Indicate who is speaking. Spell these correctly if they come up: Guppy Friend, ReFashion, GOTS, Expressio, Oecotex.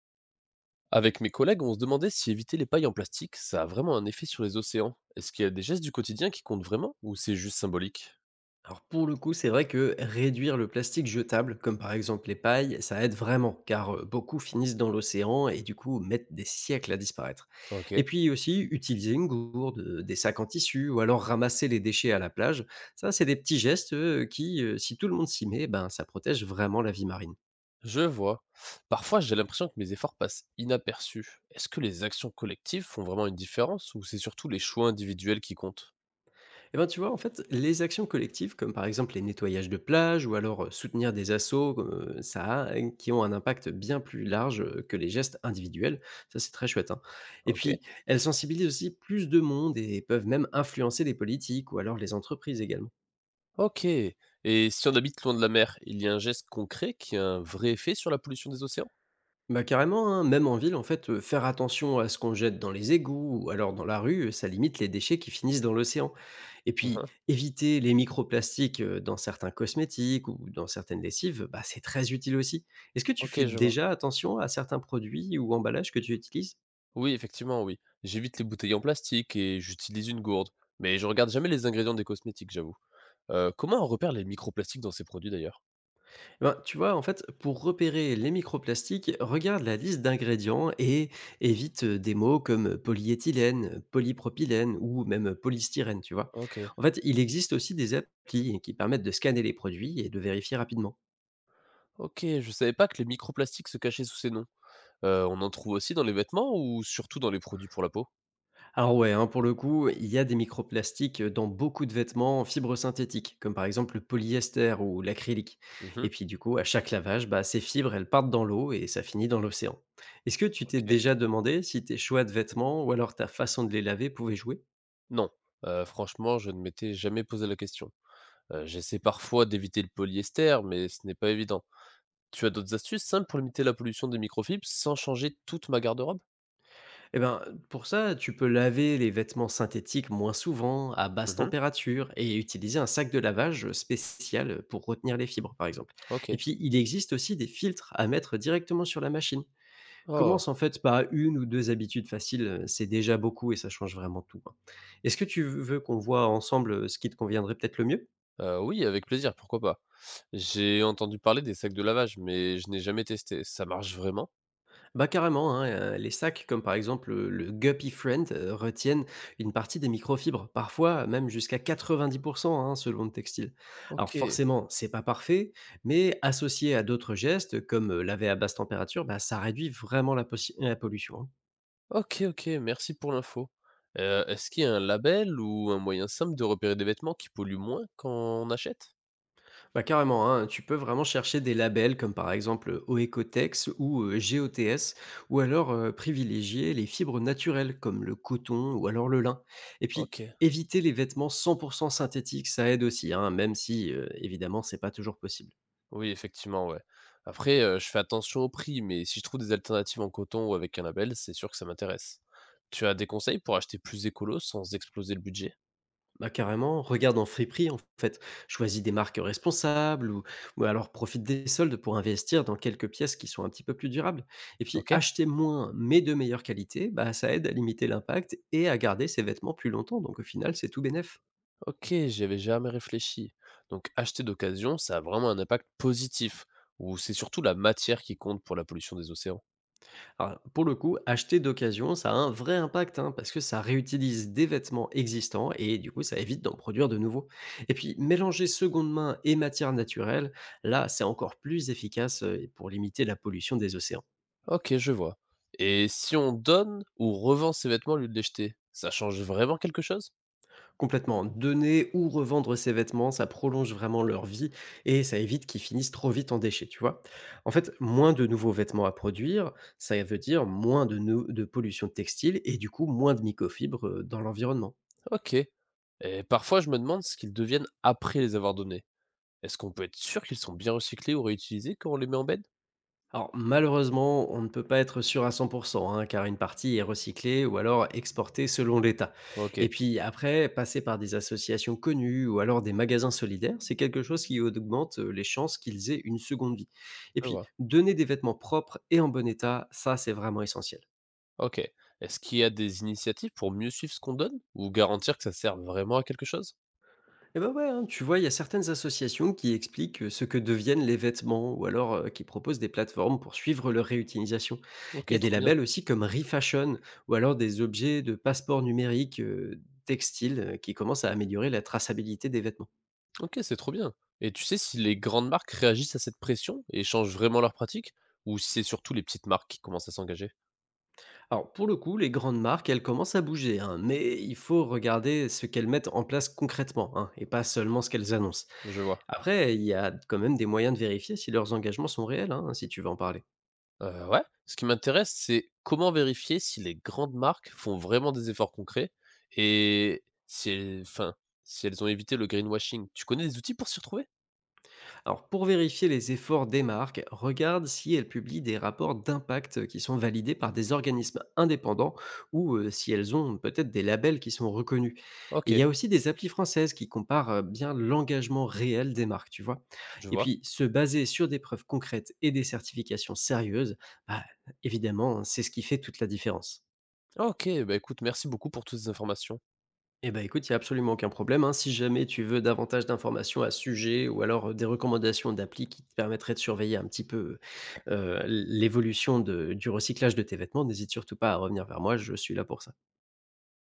Speaker 1: Avec mes collègues, on se demandait si éviter les pailles en plastique, ça a vraiment un effet sur les océans. Est-ce qu'il y a des gestes du quotidien qui comptent vraiment ou c'est juste symbolique?
Speaker 2: Alors pour le coup, c'est vrai que réduire le plastique jetable, comme par exemple les pailles, ça aide vraiment, car beaucoup finissent dans l'océan et du coup mettent des siècles à disparaître.
Speaker 1: Ok,
Speaker 2: Et puis aussi, utiliser une gourde, des sacs en tissu, ou alors ramasser les déchets à la plage, ça c'est des petits gestes qui, si tout le monde s'y met, ben, ça protège vraiment la vie marine.
Speaker 1: je vois. Parfois, j'ai l'impression que mes efforts passent inaperçus. Est-ce que les actions collectives font vraiment une différence ou c'est surtout les choix individuels qui comptent?
Speaker 2: Eh ben, tu vois, en fait, les actions collectives, comme par exemple les nettoyages de plages ou alors soutenir des assos, qui ont un impact bien plus large que les gestes individuels. Ça, c'est très chouette, hein. Et
Speaker 1: Ok.
Speaker 2: puis, elles sensibilisent aussi plus de monde et peuvent même influencer les politiques ou alors les entreprises également.
Speaker 1: Ok. Et si on habite loin de la mer, il y a un geste concret qui a un vrai effet sur la pollution des océans?
Speaker 2: Bah carrément, hein, même en ville, en fait, faire attention à ce qu'on jette dans les égouts ou alors dans la rue, ça limite les déchets qui finissent dans l'océan. Et puis,
Speaker 1: Uhum.
Speaker 2: éviter les microplastiques, dans certains cosmétiques ou dans certaines lessives, bah, c'est très utile aussi. Est-ce que tu fais
Speaker 1: Ok, je vois.
Speaker 2: déjà attention à certains produits ou emballages que tu utilises?
Speaker 1: Oui, effectivement, oui. J'évite les bouteilles en plastique et j'utilise une gourde. Mais je regarde jamais les ingrédients des cosmétiques, j'avoue. Comment on repère les microplastiques dans ces produits d'ailleurs?
Speaker 2: Eh ben, tu vois, en fait, pour repérer les microplastiques, regarde la liste d'ingrédients et évite des mots comme polyéthylène, polypropylène ou même polystyrène, tu vois?
Speaker 1: OK,
Speaker 2: En fait, il existe aussi des applis qui permettent de scanner les produits et de vérifier rapidement.
Speaker 1: OK, je savais pas que les microplastiques se cachaient sous ces noms. On en trouve aussi dans les vêtements ou surtout dans les produits pour la peau?
Speaker 2: Alors ouais, hein, pour le coup, il y a des microplastiques dans beaucoup de vêtements en fibres synthétiques, comme par exemple le polyester ou l'acrylique. Et
Speaker 1: Mmh.
Speaker 2: puis du coup, à chaque lavage, bah, ces fibres, elles partent dans l'eau et ça finit dans l'océan. Est-ce que tu t'es
Speaker 1: OK.
Speaker 2: déjà demandé si tes choix de vêtements ou alors ta façon de les laver pouvait jouer?
Speaker 1: Non, franchement, je ne m'étais jamais posé la question. J'essaie parfois d'éviter le polyester, mais ce n'est pas évident. Tu as d'autres astuces simples pour limiter la pollution des microfibres sans changer toute ma garde-robe?
Speaker 2: Eh ben, pour ça, tu peux laver les vêtements synthétiques moins souvent, à basse
Speaker 1: Mmh.
Speaker 2: température, et utiliser un sac de lavage spécial pour retenir les fibres, par exemple. Et
Speaker 1: OK.
Speaker 2: puis, il existe aussi des filtres à mettre directement sur la machine.
Speaker 1: Oh,
Speaker 2: Commence en fait par une ou 2 habitudes faciles, c'est déjà beaucoup et ça change vraiment tout, hein. Est-ce que tu veux qu'on voit ensemble, ce qui te conviendrait peut-être le mieux?
Speaker 1: oui, avec plaisir, pourquoi pas. J'ai entendu parler des sacs de lavage, mais je n'ai jamais testé. Ça marche vraiment?
Speaker 2: Bah, carrément, hein, les sacs comme par exemple, le Guppy Friend, retiennent une partie des microfibres, parfois même jusqu'à 90, hein, selon le textile. Alors
Speaker 1: OK.
Speaker 2: forcément, c'est pas parfait, mais associé à d'autres gestes comme laver à basse température, bah, ça réduit vraiment la pollution, hein.
Speaker 1: OK, OK, merci pour l'info. Est-ce qu'il y a un label ou un moyen simple de repérer des vêtements qui polluent moins quand on achète?
Speaker 2: Bah carrément, hein, tu peux vraiment chercher des labels comme par exemple Oecotex ou GOTS, ou alors privilégier les fibres naturelles comme le coton ou alors le lin. Et puis
Speaker 1: OK.
Speaker 2: éviter les vêtements 100% synthétiques, ça aide aussi, hein, même si évidemment c'est pas toujours possible.
Speaker 1: Oui, effectivement, ouais. Après, je fais attention au prix, mais si je trouve des alternatives en coton ou avec un label, c'est sûr que ça m'intéresse. Tu as des conseils pour acheter plus écolo sans exploser le budget?
Speaker 2: Bah, carrément, regarde en friperie en fait, choisis des marques responsables ou alors profite des soldes pour investir dans quelques pièces qui sont un petit peu plus durables. Et puis
Speaker 1: OK.
Speaker 2: acheter moins mais de meilleure qualité, bah, ça aide à limiter l'impact et à garder ses vêtements plus longtemps. Donc au final, c'est tout bénef.
Speaker 1: OK, j'y avais jamais réfléchi. Donc acheter d'occasion, ça a vraiment un impact positif ou c'est surtout la matière qui compte pour la pollution des océans?
Speaker 2: Alors, pour le coup, acheter d'occasion, ça a un vrai impact, hein, parce que ça réutilise des vêtements existants et du coup, ça évite d'en produire de nouveaux. Et puis mélanger seconde main et matière naturelle, là, c'est encore plus efficace pour limiter la pollution des océans.
Speaker 1: Ok, je vois. Et si on donne ou revend ses vêtements au lieu de les jeter, ça change vraiment quelque chose?
Speaker 2: Complètement. Donner ou revendre ces vêtements, ça prolonge vraiment leur vie et ça évite qu'ils finissent trop vite en déchets, tu vois? En fait, moins de nouveaux vêtements à produire, ça veut dire moins de pollution textile et du coup, moins de microfibres, dans l'environnement.
Speaker 1: Ok. Et parfois, je me demande ce qu'ils deviennent après les avoir donnés. Est-ce qu'on peut être sûr qu'ils sont bien recyclés ou réutilisés quand on les met en bed?
Speaker 2: Alors malheureusement, on ne peut pas être sûr à 100, hein, car une partie est recyclée ou alors exportée selon l'État.
Speaker 1: Ok,
Speaker 2: Et puis après, passer par des associations connues ou alors des magasins solidaires, c'est quelque chose qui augmente les chances qu'ils aient une seconde vie. Et
Speaker 1: je
Speaker 2: puis,
Speaker 1: vois.
Speaker 2: donner des vêtements propres et en bon état, ça c'est vraiment essentiel.
Speaker 1: Ok. Est-ce qu'il y a des initiatives pour mieux suivre ce qu'on donne ou garantir que ça sert vraiment à quelque chose?
Speaker 2: Eh bah, ouais, hein, tu vois, il y a certaines associations qui expliquent ce que deviennent les vêtements ou alors qui proposent des plateformes pour suivre leur réutilisation. Il
Speaker 1: Ok,
Speaker 2: y a des
Speaker 1: trop bien.
Speaker 2: labels aussi comme ReFashion ou alors des objets de passeport numérique textile qui commencent à améliorer la traçabilité des vêtements.
Speaker 1: Ok, c'est trop bien. Et tu sais si les grandes marques réagissent à cette pression et changent vraiment leurs pratiques ou si c'est surtout les petites marques qui commencent à s'engager?
Speaker 2: Alors pour le coup, les grandes marques, elles commencent à bouger, hein, mais il faut regarder ce qu'elles mettent en place concrètement, hein, et pas seulement ce qu'elles annoncent.
Speaker 1: Je vois.
Speaker 2: Après, il y a quand même des moyens de vérifier si leurs engagements sont réels, hein, si tu veux en parler.
Speaker 1: Ouais. Ce qui m'intéresse, c'est comment vérifier si les grandes marques font vraiment des efforts concrets et si elles enfin, si elles ont évité le greenwashing. Tu connais des outils pour s'y retrouver?
Speaker 2: Alors, pour vérifier les efforts des marques, regarde si elles publient des rapports d'impact qui sont validés par des organismes indépendants ou si elles ont peut-être des labels qui sont reconnus. Et il y
Speaker 1: OK,
Speaker 2: a aussi des applis françaises qui comparent bien l'engagement réel des marques, tu vois.
Speaker 1: je
Speaker 2: Et
Speaker 1: vois.
Speaker 2: puis, se baser sur des preuves concrètes et des certifications sérieuses, bah, évidemment, c'est ce qui fait toute la différence.
Speaker 1: OK, bah, écoute, merci beaucoup pour toutes ces informations.
Speaker 2: Eh ben, écoute, il y a absolument aucun problème, hein. Si jamais tu veux davantage d'informations à ce sujet ou alors, des recommandations d'applis qui te permettraient de surveiller un petit peu, heu, l'évolution de du recyclage de tes vêtements, n'hésite surtout pas à revenir vers moi, je suis là pour ça.